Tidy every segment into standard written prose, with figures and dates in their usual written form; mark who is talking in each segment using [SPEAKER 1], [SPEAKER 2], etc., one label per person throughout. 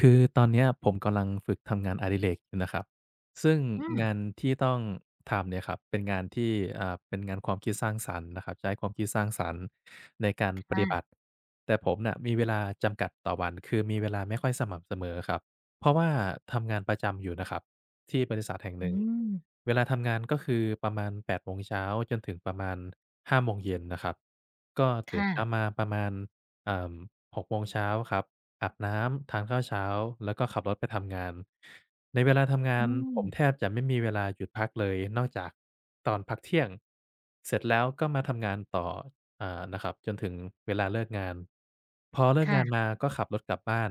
[SPEAKER 1] คือตอนเนี้ยผมกำลังฝึกทำงานอดิเรกอยู่นะครับซึ่ง
[SPEAKER 2] อืม
[SPEAKER 1] งานที่ต้องทำเนี่ยครับเป็นงานที่เป็นงานความคิดสร้างสรรค์นะครับใช้ความคิดสร้างสรรค์ในการปฏิบั
[SPEAKER 2] ค่ะ
[SPEAKER 1] ติแต่ผมน่ะมีเวลาจำกัดต่อวันคือมีเวลาไม่ค่อยสม่ำเสมอครับเพราะว่าทำงานประจำอยู่นะครับที่บริษัทแห่งห
[SPEAKER 2] อื
[SPEAKER 1] นึ่ง
[SPEAKER 2] ม
[SPEAKER 1] เวลาทำงานก็คือประมาณ8โมงเช้าจนถึงประมาณ5โมงเย็นนะครับก็ตื่น
[SPEAKER 2] ค่ะ
[SPEAKER 1] เช้ามาประมาณเอ่อ6โมงเช้าครับ อาบน้ำทานข้าวเช้าแล้วก็ขับรถไปทำงานในเวลาทำงา
[SPEAKER 2] อื
[SPEAKER 1] น
[SPEAKER 2] ม
[SPEAKER 1] ผมแทบจะไม่มีเวลาหยุดพักเลยนอกจากตอนพักเที่ยงเสร็จแล้วก็มาทำงานต่อ อ่านะครับจนถึงเวลาเลิกงานพอเลิกงาน
[SPEAKER 2] ค่ะ
[SPEAKER 1] มาก็ขับรถกลับบ้าน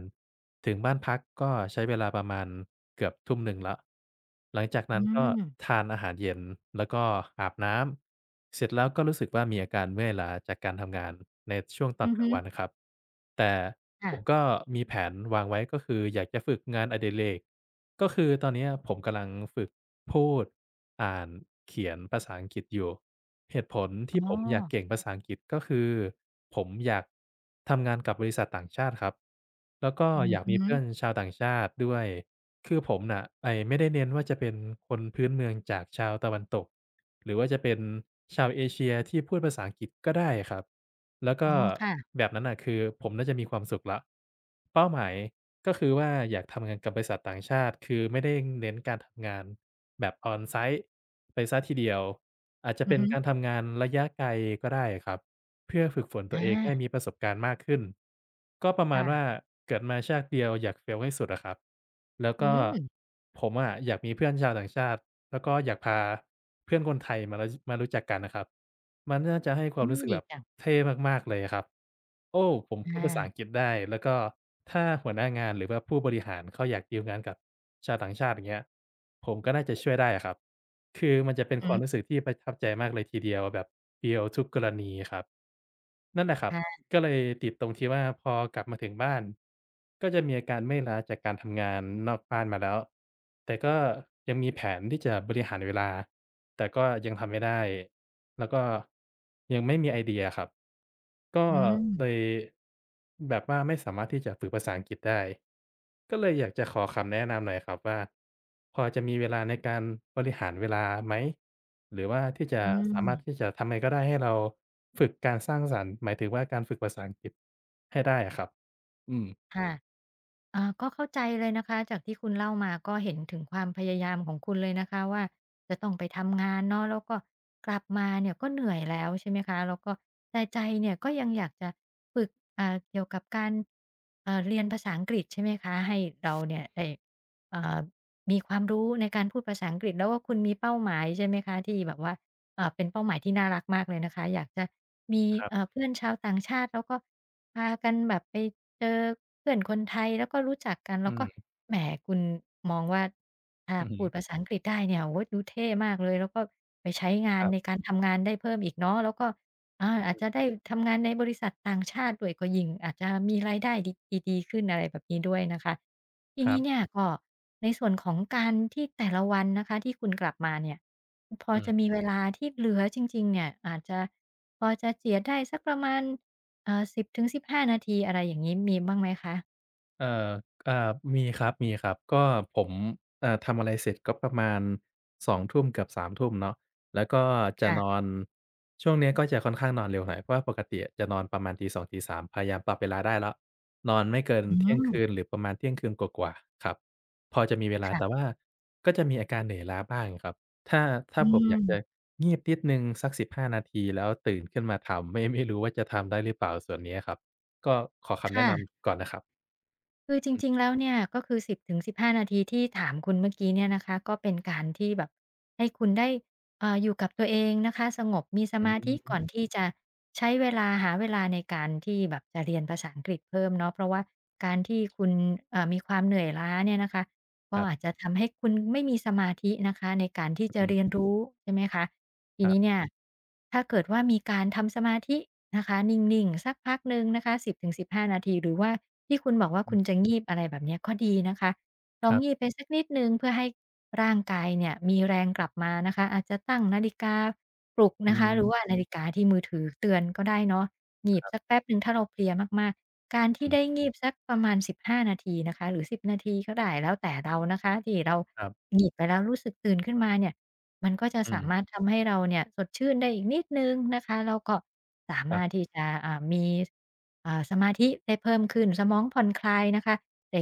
[SPEAKER 1] ถึงบ้านพักก็ใช้เวลาประมาณเกือบทุ่มหนึ่งแล้วหลังจาก
[SPEAKER 2] อื
[SPEAKER 1] นั้นก็
[SPEAKER 2] ม
[SPEAKER 1] ทานอาหารเย็นแล้วก็อาบน้ำเสร็จแล้วก็รู้สึกว่ามีอาการเมื่อยล้าจากการทำงานในช่วงตอ
[SPEAKER 2] อื
[SPEAKER 1] น
[SPEAKER 2] อ
[SPEAKER 1] กลา
[SPEAKER 2] ฮึ
[SPEAKER 1] งวันนะครับแต่ผม
[SPEAKER 2] ค่ะ
[SPEAKER 1] ก็มีแผนวางไว้ก็คืออยากจะฝึกงานอดิเรกก็คือตอนเนี้ยผมกำลังฝึก พูดอ่านเขียนภาษาอังกฤษอยู่ เหตุผล
[SPEAKER 2] อ๋อ
[SPEAKER 1] ที่ผมอยากเก่งภาษาอังกฤษก็คือผมอยากทำงานกับบริษัทต่างชาติ ครับ แล้วก็
[SPEAKER 2] อือ
[SPEAKER 1] อยาก
[SPEAKER 2] ฮึ
[SPEAKER 1] มีเพื่อนชาวต่างชาติด้วยคือผมน่ะไม่ได้เน้นว่าจะเป็นคนพื้นเมืองจากชาวตะวันตกหรือว่าจะเป็น ชาวเอเชียที่พูดภาษาอังกฤษก็ได้ครับแล้ว
[SPEAKER 2] อ๋
[SPEAKER 1] ก็
[SPEAKER 2] อค่ะ
[SPEAKER 1] แบบนั้นน่ะคือผมน่าจะมีความสุขแล้ว เป้าหมายก็คือว่าอยากทำงานกับบริษัทต่างชาติคือไม่ได้เน้นการทำงานแบบ on-site ไปเสียทีเดียวอาจจะ
[SPEAKER 2] อือ
[SPEAKER 1] เป็น
[SPEAKER 2] ฮึ
[SPEAKER 1] การทำงานระยะไกลก็ได้อะครับเพื่อฝึกฝนตัว
[SPEAKER 2] อา
[SPEAKER 1] เองให้มีประสบการณ์มากขึ้นก็ประมาณ
[SPEAKER 2] ค่ะ
[SPEAKER 1] ว่าเกิดมาชาติเดียวอยาก fail ให้สุดอะครับแล้ว
[SPEAKER 2] อื
[SPEAKER 1] ก็
[SPEAKER 2] ม
[SPEAKER 1] ผมอะอยากมีเพื่อนชาวต่างชาติ แล้วก็อยากพาเพื่อนคนไทยมารู้จักกันน่ะครับมันน่าจะให้ค
[SPEAKER 2] อื
[SPEAKER 1] วาม
[SPEAKER 2] ม
[SPEAKER 1] รู้สึก
[SPEAKER 2] ดี
[SPEAKER 1] แบบ
[SPEAKER 2] จัง
[SPEAKER 1] เท่มากๆเลยอะครับโอ้ผมพูดภาษา
[SPEAKER 2] อา
[SPEAKER 1] อังกฤษได้แล้วก็ถ้าหัวหน้างานหรือว่าผู้บริหารเขาอยากดีลงานกับชาวต่างชาติอย่างเงี้ยผมก็น่าจะช่วยได้อะครับ คือมันจะเป็น
[SPEAKER 2] อื
[SPEAKER 1] ค
[SPEAKER 2] อ
[SPEAKER 1] วาม
[SPEAKER 2] ฮึ
[SPEAKER 1] รู้สึกที่ประทับใจมากเลยทีเดียวแบบเดียวทุกกรณีครับนั่นแหละครับ
[SPEAKER 2] ค่ะ
[SPEAKER 1] ก็เลยติดตรงที่ว่าพอกลับมาถึงบ้านก็จะมีอาการเมื่อยล้าจากการทำงานนอกบ้านมาแล้วแต่ก็ยังมีแผนที่จะบริหารเวลาแต่ก็ยังทำไม่ได้แล้วก็ยังไม่มีไอเดียครับ ก็
[SPEAKER 2] อืม
[SPEAKER 1] เลยแบบว่าไม่สามารถที่จะฝึกภาษาอังกฤษได้ก็เลยอยากจะขอคำแนะนำหน่อยครับว่าพอจะมีเวลาในการบริหารเวลาไหมหรือว่าที่จะ
[SPEAKER 2] อืม
[SPEAKER 1] สามารถที่จะทำไงก็ได้ให้เราฝึกการสร้างสรรค์หมายถึงว่าการฝึกภาษาอังกฤษให้ได้อะครับอืม
[SPEAKER 2] ค่ะ อาก็เข้าใจเลยนะคะจากที่คุณเล่ามาก็เห็นถึงความพยายามของคุณเลยนะคะว่าจะต้องไปทำงานเนาะแล้วก็กลับมาเนี่ยก็เหนื่อยแล้วใช่ไหมคะแล้วก็แต่ใจเนี่ยก็ยังอยากจะฝึกเกี่ยวกับการเรียนภาษาอังกฤษใช่ไหมคะให้เราเนี่ยได้เอ่อมีความรู้ในการพูดภาษาอังกฤษแล้วก็คุณมีเป้าหมายใช่ไหมคะที่แบบว่าเป็นเป้าหมายที่น่ารักมากเลยนะคะอยากจะมี
[SPEAKER 1] ครับ
[SPEAKER 2] เพื่อนชาวต่างชาติแล้วก็ พากันแบบไปเจอเพื่อนคนไทยแล้วก็รู้จักกันแล้
[SPEAKER 1] อื
[SPEAKER 2] วก็
[SPEAKER 1] ม
[SPEAKER 2] แหมคุณมองว่าถ้า
[SPEAKER 1] อือฮึ
[SPEAKER 2] พูดภาษาอังกฤษได้เนี่ยโอ้โฮดูเท่มากเลยแล้วก็ไปใช้งาน
[SPEAKER 1] ครั
[SPEAKER 2] ใน
[SPEAKER 1] บ
[SPEAKER 2] การทำงานได้เพิ่มอีกเนาะแล้วก็อาอาจจะได้ทำงานในบริษัทต่างชาติด้วยก็ยิ่งอาจจะมีรายได้ดีดีๆขึ้นอะไรแบบนี้ด้วยนะคะที
[SPEAKER 1] ครั
[SPEAKER 2] นี้
[SPEAKER 1] บ
[SPEAKER 2] เนี่ยก็ในส่วนของการที่แต่ละวันนะคะที่คุณกลับมาเนี่ยพอ
[SPEAKER 1] อื
[SPEAKER 2] จะ
[SPEAKER 1] ม
[SPEAKER 2] มีเวลาที่เหลือจริงๆเนี่ยอาจจะพอจะเจียดได้สักประมาณ เอ่อสิ10-15นาทีอะไรอย่างงี้มีบ้างไหมคะ
[SPEAKER 1] เอ่ออ่ามีครับมีครับ ก็ผมทำอะไรเสร็จก็ประมาณ2ุ่มเกือบสามทุ่มเนาะแล้วก็จะนอ
[SPEAKER 2] ค่ะ
[SPEAKER 1] น ช่วงเนี้ยก็จะค่อนข้างนอนเร็วหน่อยเพราะว่าปกติอะจะนอนประมาณ2ตี3ามพยายามปรับเวลาได้แล้ว นอนไม่เกิน
[SPEAKER 2] อื
[SPEAKER 1] เที่ยง
[SPEAKER 2] ม
[SPEAKER 1] คืนหรือประมาณเที่ยงคืนกว่าๆครับพอจะมีเวลาแต่
[SPEAKER 2] ค่ะ
[SPEAKER 1] ว่าก็จะมีอาการเหนื่อยล้าบ้างครับถ้าถ้า
[SPEAKER 2] อื
[SPEAKER 1] ผมอยากจะ
[SPEAKER 2] ม
[SPEAKER 1] งีบนิดหนึ่งสัก15 นาทีแล้วตื่นขึ้นมาทำไม่รู้ว่าจะทำได้หรือเปล่าส่วนเนี้ยครับก็ขอคำแนะ
[SPEAKER 2] ค่ะ
[SPEAKER 1] นำก่อนนะครับ
[SPEAKER 2] คือจริงๆแล้วเนี่ยก็คือสิบถึงสิบห้านาทีที่ถามคุณเมื่อกี้เนี่ยนะคะก็เป็นการที่แบบให้คุณได้อยู่กับตัวเองนะคะสงบมีส
[SPEAKER 1] อื
[SPEAKER 2] มาธิก่อน
[SPEAKER 1] ม
[SPEAKER 2] ที่จะใช้เวลาหาเวลาในการที่แบบจะเรียนภาษาอังกฤษเพิ่มเนาะเพราะว่าการที่คุณมีความเหนื่อยล้าเนี่ยนะคะก็
[SPEAKER 1] ครั
[SPEAKER 2] อาจ
[SPEAKER 1] บ
[SPEAKER 2] จะทำให้คุณไม่มีสมาธินะคะในการที่จะ
[SPEAKER 1] อื
[SPEAKER 2] เรียน
[SPEAKER 1] ม
[SPEAKER 2] รู้ใช่ไหมคะ ที
[SPEAKER 1] ครั
[SPEAKER 2] นี้
[SPEAKER 1] บ
[SPEAKER 2] เนี่ยถ้าเกิดว่ามีการทำสมาธินะคะนิ่งๆสักพักหนึ่งนะคะ10-15นาทีหรือว่าที่คุณบอกว่าคุ
[SPEAKER 1] อื
[SPEAKER 2] ณ
[SPEAKER 1] ม
[SPEAKER 2] จะงีบอะไรแบบเนี้ยก็ดีนะคะล
[SPEAKER 1] ค
[SPEAKER 2] อง
[SPEAKER 1] รั
[SPEAKER 2] งีบ
[SPEAKER 1] บ
[SPEAKER 2] ไปสักนิดหนึ่งเพื่อให้ร่างกายเนี่ยมีแรงกลับมานะคะอาจจะตั้งนาฬิกาปลุก
[SPEAKER 1] อื
[SPEAKER 2] นะคะหรือ
[SPEAKER 1] ม
[SPEAKER 2] ว่านาฬิกาที่มือถือเตือนก็ได้เนาะงีบสักแป๊บหนึ่งถ้าเราเพลียมากๆการที่
[SPEAKER 1] อื
[SPEAKER 2] ได้
[SPEAKER 1] ม
[SPEAKER 2] งีบสักประมาณสิบห้านาทีนะคะหรือสิบนาทีก็ได้แล้วแต่เรานะคะที่เรา
[SPEAKER 1] ครับ
[SPEAKER 2] งีบไปแล้วรู้สึกตื่นขึ้นมาเนี่ย มันก็จะ
[SPEAKER 1] อื
[SPEAKER 2] สามาร
[SPEAKER 1] ม
[SPEAKER 2] ถทำให้เราเนี่ยสดชื่นได้อีกนิดหนึ่งนะคะแล้วก็สา
[SPEAKER 1] ครั
[SPEAKER 2] มารถ
[SPEAKER 1] บ
[SPEAKER 2] ที่จะมีสมาธิได้เพิ่มขึ้นสมองผ่อนคลายนะคะได้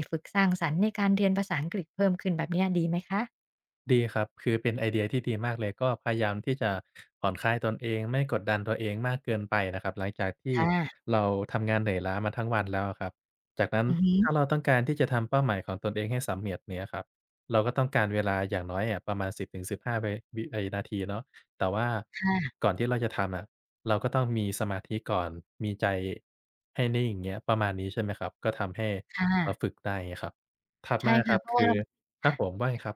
[SPEAKER 1] ดีครับคือเป็นไอเดียที่ดีมากเลยก็พยายามที่จะผ่อนคลายตนเองไม่กดดันตัวเองมากเกินไปนะครับหลังจากที่
[SPEAKER 2] ค่ะ
[SPEAKER 1] เราทำงานเหนื่อยล้ามาทั้งวันแล้วอะครับจากนั้น
[SPEAKER 2] อือฮึ
[SPEAKER 1] ถ้าเราต้องการที่จะทำเป้าหมายของตนเองให้สำเร็จเนี่ยครับเราก็ต้องการเวลาอย่างน้อยอะประมาณ10-15วิวิไอ้นาทีเนาะแต่ว่า
[SPEAKER 2] ค่ะ
[SPEAKER 1] ก่อนที่เราจะทำอะเราก็ต้องมีสมาธิก่อนมีใจให้นิ่งอย่างเงี้ยประมาณนี้ใช่ไหมครับก็ทำให้
[SPEAKER 2] ค่ะ
[SPEAKER 1] เราฝึกได้อย่างเงี้ยครับถัด
[SPEAKER 2] ใช่
[SPEAKER 1] มาค
[SPEAKER 2] ค่ะ
[SPEAKER 1] รับ
[SPEAKER 2] เพราะว่า
[SPEAKER 1] คือ
[SPEAKER 2] เรา
[SPEAKER 1] ครั
[SPEAKER 2] ค่ะ
[SPEAKER 1] บผมว่าไงครับ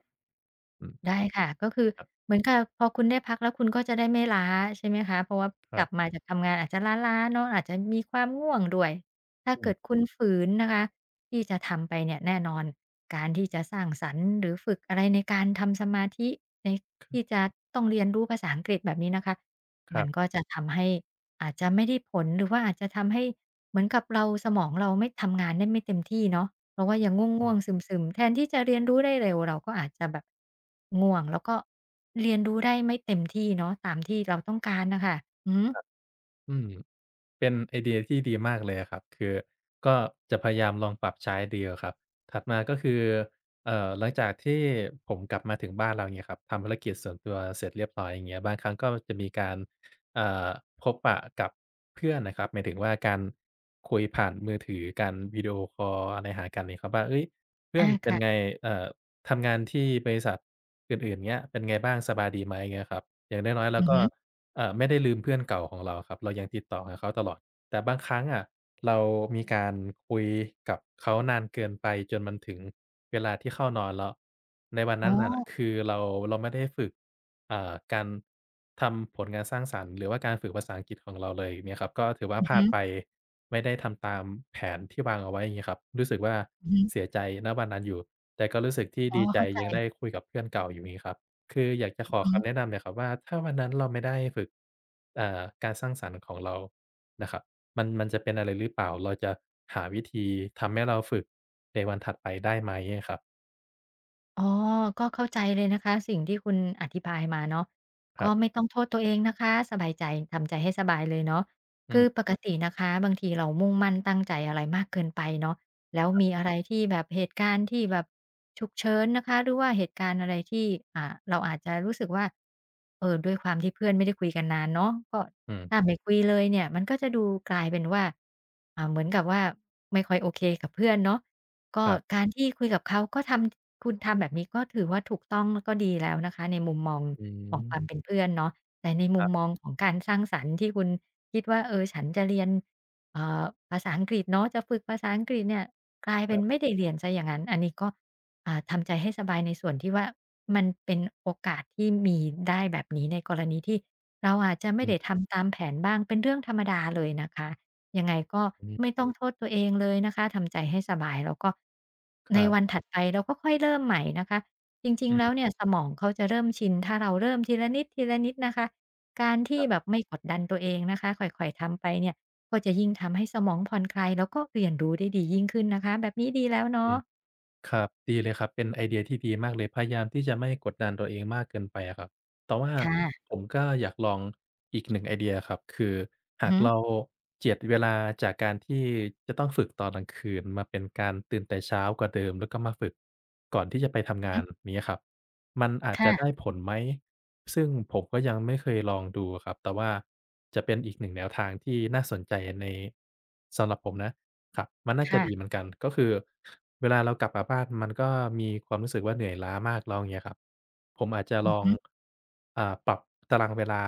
[SPEAKER 1] อืม
[SPEAKER 2] ได้ค่ะก็คือเหมือนกับพอคุณได้พักแล้วคุณก็จะได้ไม่ล้าใช่ไหมคะเพราะว่า
[SPEAKER 1] ค
[SPEAKER 2] ก
[SPEAKER 1] รั
[SPEAKER 2] ลับมา
[SPEAKER 1] บ
[SPEAKER 2] จากทำงานอาจจะล้าๆเนาะอาจจะมีความง่วงด้วยถ้า
[SPEAKER 1] อื
[SPEAKER 2] เกิ
[SPEAKER 1] ม
[SPEAKER 2] ดคุณฝืนนะคะที่จะทำไปเนี่ยแน่นอนการที่จะสร้างสรรค์หรือฝึกอะไรในการทำสมาธิในที่จะต้องเรียนรู้ภาษาอังกฤษแบบนี้นะคะ
[SPEAKER 1] ค
[SPEAKER 2] มั
[SPEAKER 1] รั
[SPEAKER 2] นก็
[SPEAKER 1] บ
[SPEAKER 2] จะทำให้อาจจะไม่ได้ผลหรือว่าอาจจะทำให้เหมือนกับเราสมองเราไม่ทำงานได้ไม่เต็มที่เนาะ เพราะว่ายัง
[SPEAKER 1] อื
[SPEAKER 2] ง่วง
[SPEAKER 1] ม
[SPEAKER 2] ๆซึมๆแทนที่จะเรียนรู้ได้เร็วเราก็อาจจะแบบง่วงแล้วก็เรียนรู้ได้ไม่เต็มที่เนาะตามที่เราต้องการน่ะค่ะอือฮึ
[SPEAKER 1] อืมเป็นไอเดียที่ดีมากเลยอะครับคือก็จะพยายามลองปรับใช้ดีอะครับถัดมาก็คือหลังจากที่ผมกลับมาถึงบ้านเราเงี้ยครับทำภารกิจส่วนตัวเสร็จเรียบร้อยอย่างเงี้ยบางครั้งก็จะมีการเอ่อพบปะกับเพื่อนน่ะครับหมายถึงว่าการคุยผ่านมือถือการวิดีโอคอลอะไรหากันงี้ครับว่าเฮ้ยเพื่อ
[SPEAKER 2] อา
[SPEAKER 1] นเป็นไง
[SPEAKER 2] ค่ะ
[SPEAKER 1] เอ่อทำงานที่บริษัทอื่นๆเงี้ยเป็นไงบ้างสบายดีไหมเงี้ยครับอย่างน้อยๆเรา
[SPEAKER 2] อือ
[SPEAKER 1] ก็
[SPEAKER 2] ฮึ
[SPEAKER 1] ไม่ได้ลืมเพื่อนเก่าของเราครับเรายังติดต่อกับเขาตลอดแต่บางครั้งอะเรามีการคุยกับเขานานเกินไปจนมันถึงเวลาที่เข้านอนแล้วในวัน
[SPEAKER 2] อ๋อ
[SPEAKER 1] นั้นน่ะคือเราไม่ได้ฝึกการทำผลงานสร้างสรรค์หรือว่าการฝึกภาษาอังกฤษของเราเลยอย่างเงี้ยครับก็ถือว่า
[SPEAKER 2] อือ
[SPEAKER 1] พลา
[SPEAKER 2] ฮึ
[SPEAKER 1] ดไปไม่ได้ทำตามแผนที่วางเอาไว้อย่างงี้ครับรู้สึกว่า
[SPEAKER 2] ๆ
[SPEAKER 1] เสียใจณวันนั้นอยู่แต่ก็รู้สึกที่
[SPEAKER 2] อ๋อ
[SPEAKER 1] ดีใจ
[SPEAKER 2] เข้าใจ
[SPEAKER 1] ยังได้คุยกับเพื่อนเก่าอยู่งี้ครับ คืออยากจะ
[SPEAKER 2] อื
[SPEAKER 1] ข
[SPEAKER 2] อ
[SPEAKER 1] อ
[SPEAKER 2] ฮึ
[SPEAKER 1] คำแนะนำหน่อยครับว่าถ้าวันนั้นเราไม่ได้ฝึกการสร้างสรรค์ของเรานะครับมันจะเป็นอะไรหรือเปล่าเราจะหาวิธีทำให้เราฝึกในวันถัดไปได้ไหมอะครับ
[SPEAKER 2] อ๋อก็เข้าใจเลยนะคะสิ่งที่คุณอธิบายมาเนาะ
[SPEAKER 1] ค
[SPEAKER 2] ก็
[SPEAKER 1] รับ
[SPEAKER 2] ไม่ต้องโทษตัวเองนะคะสบายใจทำใจให้สบายเลยเนาะ
[SPEAKER 1] อื
[SPEAKER 2] คือป
[SPEAKER 1] ม
[SPEAKER 2] กตินะคะบางทีเรามุ่งมั่นตั้งใจอะไรมากเกินไปเนาะแล้วมีอะไรที่แบบเหตุการณ์ที่แบบฉุกเฉินนะคะหรือว่าเหตุการณ์อะไรที่อ่าเราอาจจะรู้สึกว่าเออด้วยความที่เพื่อนไม่ได้คุยกันนานเนาะก็
[SPEAKER 1] อื
[SPEAKER 2] ถ้า
[SPEAKER 1] ม
[SPEAKER 2] ไม่คุยเลยเนี่ยมันก็จะดูกลายเป็นว่าเหมือนกับว่าไม่ค่อยโอเคกับเพื่อนเนาะ ก็
[SPEAKER 1] ครับ
[SPEAKER 2] การที่คุยกับเขาก็ทำคุณทำแบบนี้ก็ถือว่าถูกต้องแล้วก็ดีแล้วนะคะในมุมมอง
[SPEAKER 1] อื
[SPEAKER 2] ของ
[SPEAKER 1] ม
[SPEAKER 2] ความเป็นเพื่อนเนาะแต่ในมุ
[SPEAKER 1] ค
[SPEAKER 2] ม
[SPEAKER 1] รั
[SPEAKER 2] มอ
[SPEAKER 1] บ
[SPEAKER 2] งของการสร้างสรรค์ที่คุณคิดว่าเออฉันจะเรียนเอ่อภาษาอังกฤษเนาะจะฝึกภาษาอังกฤษเนี่ยกลายเป็นไม่ได้เรียนเสียอย่างงั้นอันนี้ก็ทำใจให้สบายในส่วนที่ว่ามันเป็นโอกาสที่มีได้แบบนี้ในกรณีที่เราอาจจะ
[SPEAKER 1] ๆ
[SPEAKER 2] ไม่ได้
[SPEAKER 1] อื
[SPEAKER 2] ทำตามแผนบ้างเป็นเรื่องธรรมดาเลยนะคะ ยังไงก็
[SPEAKER 1] ม
[SPEAKER 2] ไม่
[SPEAKER 1] ๆ
[SPEAKER 2] ต้องโทษตัวเองเลยนะคะทำใจให้สบายแล้วก็
[SPEAKER 1] ค
[SPEAKER 2] ใน
[SPEAKER 1] รั
[SPEAKER 2] วัน
[SPEAKER 1] บ
[SPEAKER 2] ถัดไปเราก็ค่อยเริ่มใหม่นะคะจริง
[SPEAKER 1] อื
[SPEAKER 2] ๆแล้วเนี่
[SPEAKER 1] ม
[SPEAKER 2] ยสมองเขาจะเริ่มชินถ้าเราเริ่มทีละนิดทีละนิดนะคะการ
[SPEAKER 1] ค
[SPEAKER 2] ที่
[SPEAKER 1] รับ
[SPEAKER 2] แบบไม่กดดันตัวเองนะคะค่อยๆทำไปเนี่ยก็จะยิ่งทำให้สมองผ่อนคลายแล้วก็เรียนรู้ได้ดียิ่งขึ้นนะคะแบบนี้ดีแล้ว
[SPEAKER 1] อื
[SPEAKER 2] เนาะ
[SPEAKER 1] ม ครับดีเลยครับเป็นไอเดียที่ดีมากเลยพยายามที่จะไม่กดดันตัวเองมากเกินไปอะครับแต่ว่า
[SPEAKER 2] ค่ะ
[SPEAKER 1] ผมก็อยากลองอีกหนึ่งไอเดียครับคือ
[SPEAKER 2] อือ
[SPEAKER 1] หาก
[SPEAKER 2] ฮึ
[SPEAKER 1] เราเจียดเวลาจากการที่จะต้องฝึกตอนกลางคืนมาเป็นการตื่นแต่เช้ากว่าเดิมแล้วก็มาฝึกก่อนที่จะไปทำงา
[SPEAKER 2] ๆ
[SPEAKER 1] นเงี้ยครับมันอาจจะได้
[SPEAKER 2] ค่
[SPEAKER 1] ผลไหมซึ่งผมก็ยังไม่เคยลองดูอะครับแต่ว่าจะเป็นอีกหนึ่งแนวทางที่น่าสนใจในสำหรับผมนะ ครับมันน่าจะ
[SPEAKER 2] ะ
[SPEAKER 1] ดีเหมือนกันก็คือเวลาเรากลับมาบ้านมันก็มีความรู้สึกว่าเหนื่อยล้ามากแล้วอย่างเงี้ยครับผมอาจจะ
[SPEAKER 2] ๆอื
[SPEAKER 1] ล
[SPEAKER 2] อ
[SPEAKER 1] อง
[SPEAKER 2] ฮึ
[SPEAKER 1] ปรับตารางเวลา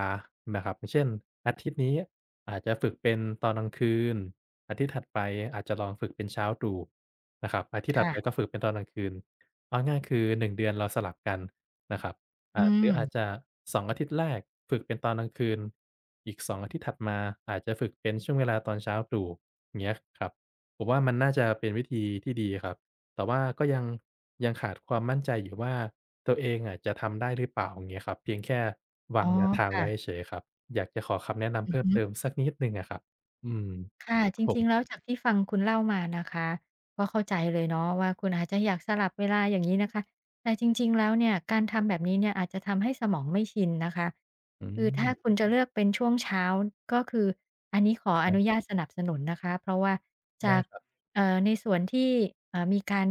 [SPEAKER 1] นะครับอย่างเช่นอาทิตย์นี้อาจจะฝึกเป็นตอนกลางคืนอาทิตย์ถัดไปอาจจะลองฝึกเป็นเช้าตรู่นะครับอาทิตย์ถัดไปก็
[SPEAKER 2] ค่ะ
[SPEAKER 1] ฝึกเป็นตอนกลางคืนเอาง่ายๆคือหนึ่งเดือนเราสลับกันนะครับ
[SPEAKER 2] อื
[SPEAKER 1] หรืออาจจะ
[SPEAKER 2] ม
[SPEAKER 1] สองอาทิตย์แรกฝึกเป็นตอนกลางคืนอีก2องอาทิตย์ถัดมาอาจจะฝึกเป็นช่วงเวลาตอนเช้าตรู่อย่างเงี้ยครับ ผมว่ามันน่าจะเป็นวิธีที่ดีครับ แต่ว่าก็ยังขาดความมั่นใจอยู่ว่าตัวเองอะจะทำได้หรือเปล่าอย่างเงี้ยครับ เพียงแค่
[SPEAKER 2] อ๋
[SPEAKER 1] วา
[SPEAKER 2] อ
[SPEAKER 1] งแนวทางไว้
[SPEAKER 2] ค่ะ
[SPEAKER 1] เฉยๆครับ อยากจะขอคำแนะนำ
[SPEAKER 2] อือ
[SPEAKER 1] เพิ่ม
[SPEAKER 2] ฮึ
[SPEAKER 1] เติมสักนิดหนึ่งอะครับอืม
[SPEAKER 2] ค่ะ
[SPEAKER 1] ค
[SPEAKER 2] จ
[SPEAKER 1] รับผ
[SPEAKER 2] ริงๆแล้
[SPEAKER 1] ม
[SPEAKER 2] วจากที่ฟังคุณเล่ามานะคะก็เข้าใจเลยเนาะว่าคุณอาจจะอยากสลับเวลาอย่างงี้นะคะแต่จริงๆแล้วเนี่ยการทำแบบนี้เนี่ยอาจจะทำให้สมองไม่ชินนะคะ
[SPEAKER 1] อื
[SPEAKER 2] คือถ้า
[SPEAKER 1] ม
[SPEAKER 2] คุณจะเลือกเป็นช่วงเช้าก็คืออันนี้ขอ
[SPEAKER 1] ค
[SPEAKER 2] อ
[SPEAKER 1] รั
[SPEAKER 2] นุญา
[SPEAKER 1] บ
[SPEAKER 2] ตสนับสนุนนะคะเพราะว่าจา
[SPEAKER 1] ได้
[SPEAKER 2] ก
[SPEAKER 1] ครับ
[SPEAKER 2] ในส่วนที่มีการ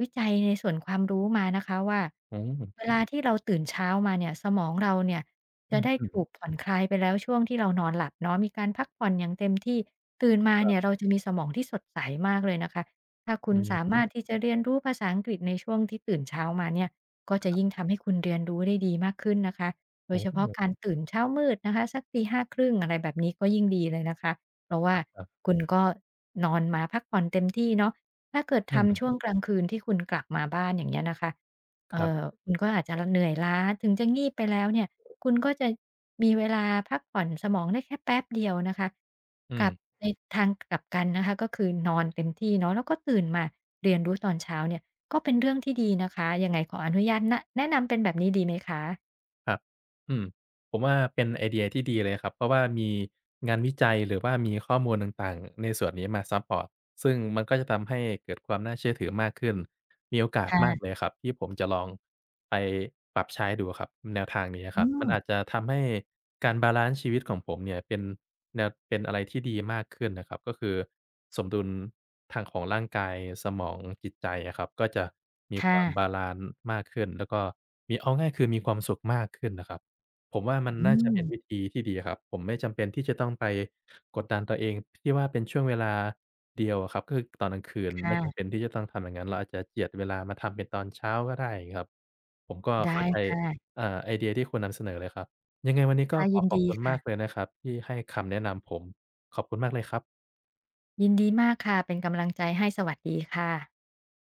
[SPEAKER 2] วิจัยในส่วนความรู้มานะคะว่า
[SPEAKER 1] อืม
[SPEAKER 2] เวลาที่เราตื่นเช้ามาเนี่ยสมองเราเนี่ย
[SPEAKER 1] อื
[SPEAKER 2] จะได้ถูก
[SPEAKER 1] ม
[SPEAKER 2] ผ่อนคลายไปแล้วช่วงที่เรานอนหลับเนาะมีการพักผ่อนอย่างเต็มที่ตื่นมาเนี่ยเราจะมีสมองที่สดใสมากเลยนะคะถ้าคุ
[SPEAKER 1] ๆ
[SPEAKER 2] ณ
[SPEAKER 1] อื
[SPEAKER 2] สา
[SPEAKER 1] ม
[SPEAKER 2] มารถที่จะเรียนรู้ภาษาอังกฤษในช่วงที่ตื่นเช้ามาเนี่ยก็
[SPEAKER 1] ค
[SPEAKER 2] จะ
[SPEAKER 1] รั
[SPEAKER 2] ยิ่ง
[SPEAKER 1] บ
[SPEAKER 2] ทำให้คุณเรียนรู้ได้ดีมากขึ้นนะคะโด
[SPEAKER 1] โ
[SPEAKER 2] ยเฉพาะ
[SPEAKER 1] อ้
[SPEAKER 2] การตื่นเช้ามืดนะคะสักตีห้าครึ่งอะไรแบบนี้ก็ยิ่งดีเลยนะคะ เพราะว่า
[SPEAKER 1] ครับ
[SPEAKER 2] คุณก็นอนมาพักผ่อนเต็มที่เนาะถ้าเกิด
[SPEAKER 1] ๆอื
[SPEAKER 2] ทำ
[SPEAKER 1] ม
[SPEAKER 2] ช่วงกลางคืนที่คุณกลับมาบ้านอย่างเงี้ยนะคะ
[SPEAKER 1] ครับ
[SPEAKER 2] คุณก็อาจจะเหนื่อยล้าถึงจะงีบไปแล้วเนี่ยคุณก็จะมีเวลาพักผ่อนสมองได้แค่แป๊บเดียวนะคะ
[SPEAKER 1] อื
[SPEAKER 2] ก
[SPEAKER 1] ม
[SPEAKER 2] ลับในทางกลับกันนะคะก็คือนอนเต็มที่เนาะแล้วก็ตื่นมาเรียนรู้ตอนเช้าเนี่ยก็เป็นเรื่องที่ดีนะคะยังไงขออนุญาตนะแนะนำเป็นแบบนี้ดีไหมคะ
[SPEAKER 1] ครับอืม ผมว่าเป็นไอเดียที่ดีเลยครับเพราะว่ามีงานวิจัยหรือว่ามีข้อมูลต่างๆในส่วนนี้มาซัปพอร์ตซึ่งมันก็จะทำให้เกิดความน่าเชื่อถือมากขึ้นมีโอกาสมากเล
[SPEAKER 2] ค่ะ
[SPEAKER 1] ยครับที่ผมจะลองไปปรับใช้ดูครับแนวทางนี้ค
[SPEAKER 2] อื
[SPEAKER 1] รับมัน
[SPEAKER 2] ม
[SPEAKER 1] อาจจะทำให้การบาลันซ์ชีวิตของผมเนี่ยเป็นแนวเป็นอะไรที่ดีมากขึ้นนะครับก็คือสมดุลทางของร่างกายสมองจิตใจอะครับก็จะมีค
[SPEAKER 2] ค่ะ
[SPEAKER 1] วามบาลานซ์มากขึ้นแล้วก็มีเอาง่ายคือมีความสุขมากขึ้นนะครับ ผมว่ามัน
[SPEAKER 2] อื
[SPEAKER 1] น่าจะ
[SPEAKER 2] ม
[SPEAKER 1] เป็นวิธีที่ดีครับผมไม่จำเป็นที่จะต้องไปกดดันตัวเองที่ว่าเป็นช่วงเวลาเดียวอะครับก็คือตอนกลางคืนไม่จำเป็
[SPEAKER 2] ค่ะ
[SPEAKER 1] นที่จะต้องทำอย่างนั้นเราอาจจะเจียดเวลามาทำเป็นตอนเช้าก็ได้ครับผมก็
[SPEAKER 2] ได้
[SPEAKER 1] เข้าใจ
[SPEAKER 2] ค่ะ
[SPEAKER 1] ไอเดียที่คุณนำเสนอเลยครับยังไงวันนี้ก็
[SPEAKER 2] ค่ะ
[SPEAKER 1] ข
[SPEAKER 2] ยิ
[SPEAKER 1] อ
[SPEAKER 2] น
[SPEAKER 1] ขอบ
[SPEAKER 2] ดี
[SPEAKER 1] คุณ
[SPEAKER 2] ค่ะ
[SPEAKER 1] มากเลยนะครับที่ให้คำแนะนำผมขอบคุณมากเลยครับ
[SPEAKER 2] ยินดีมากค่ะ เป็นกำลังใจให้สวัสดีค่ะ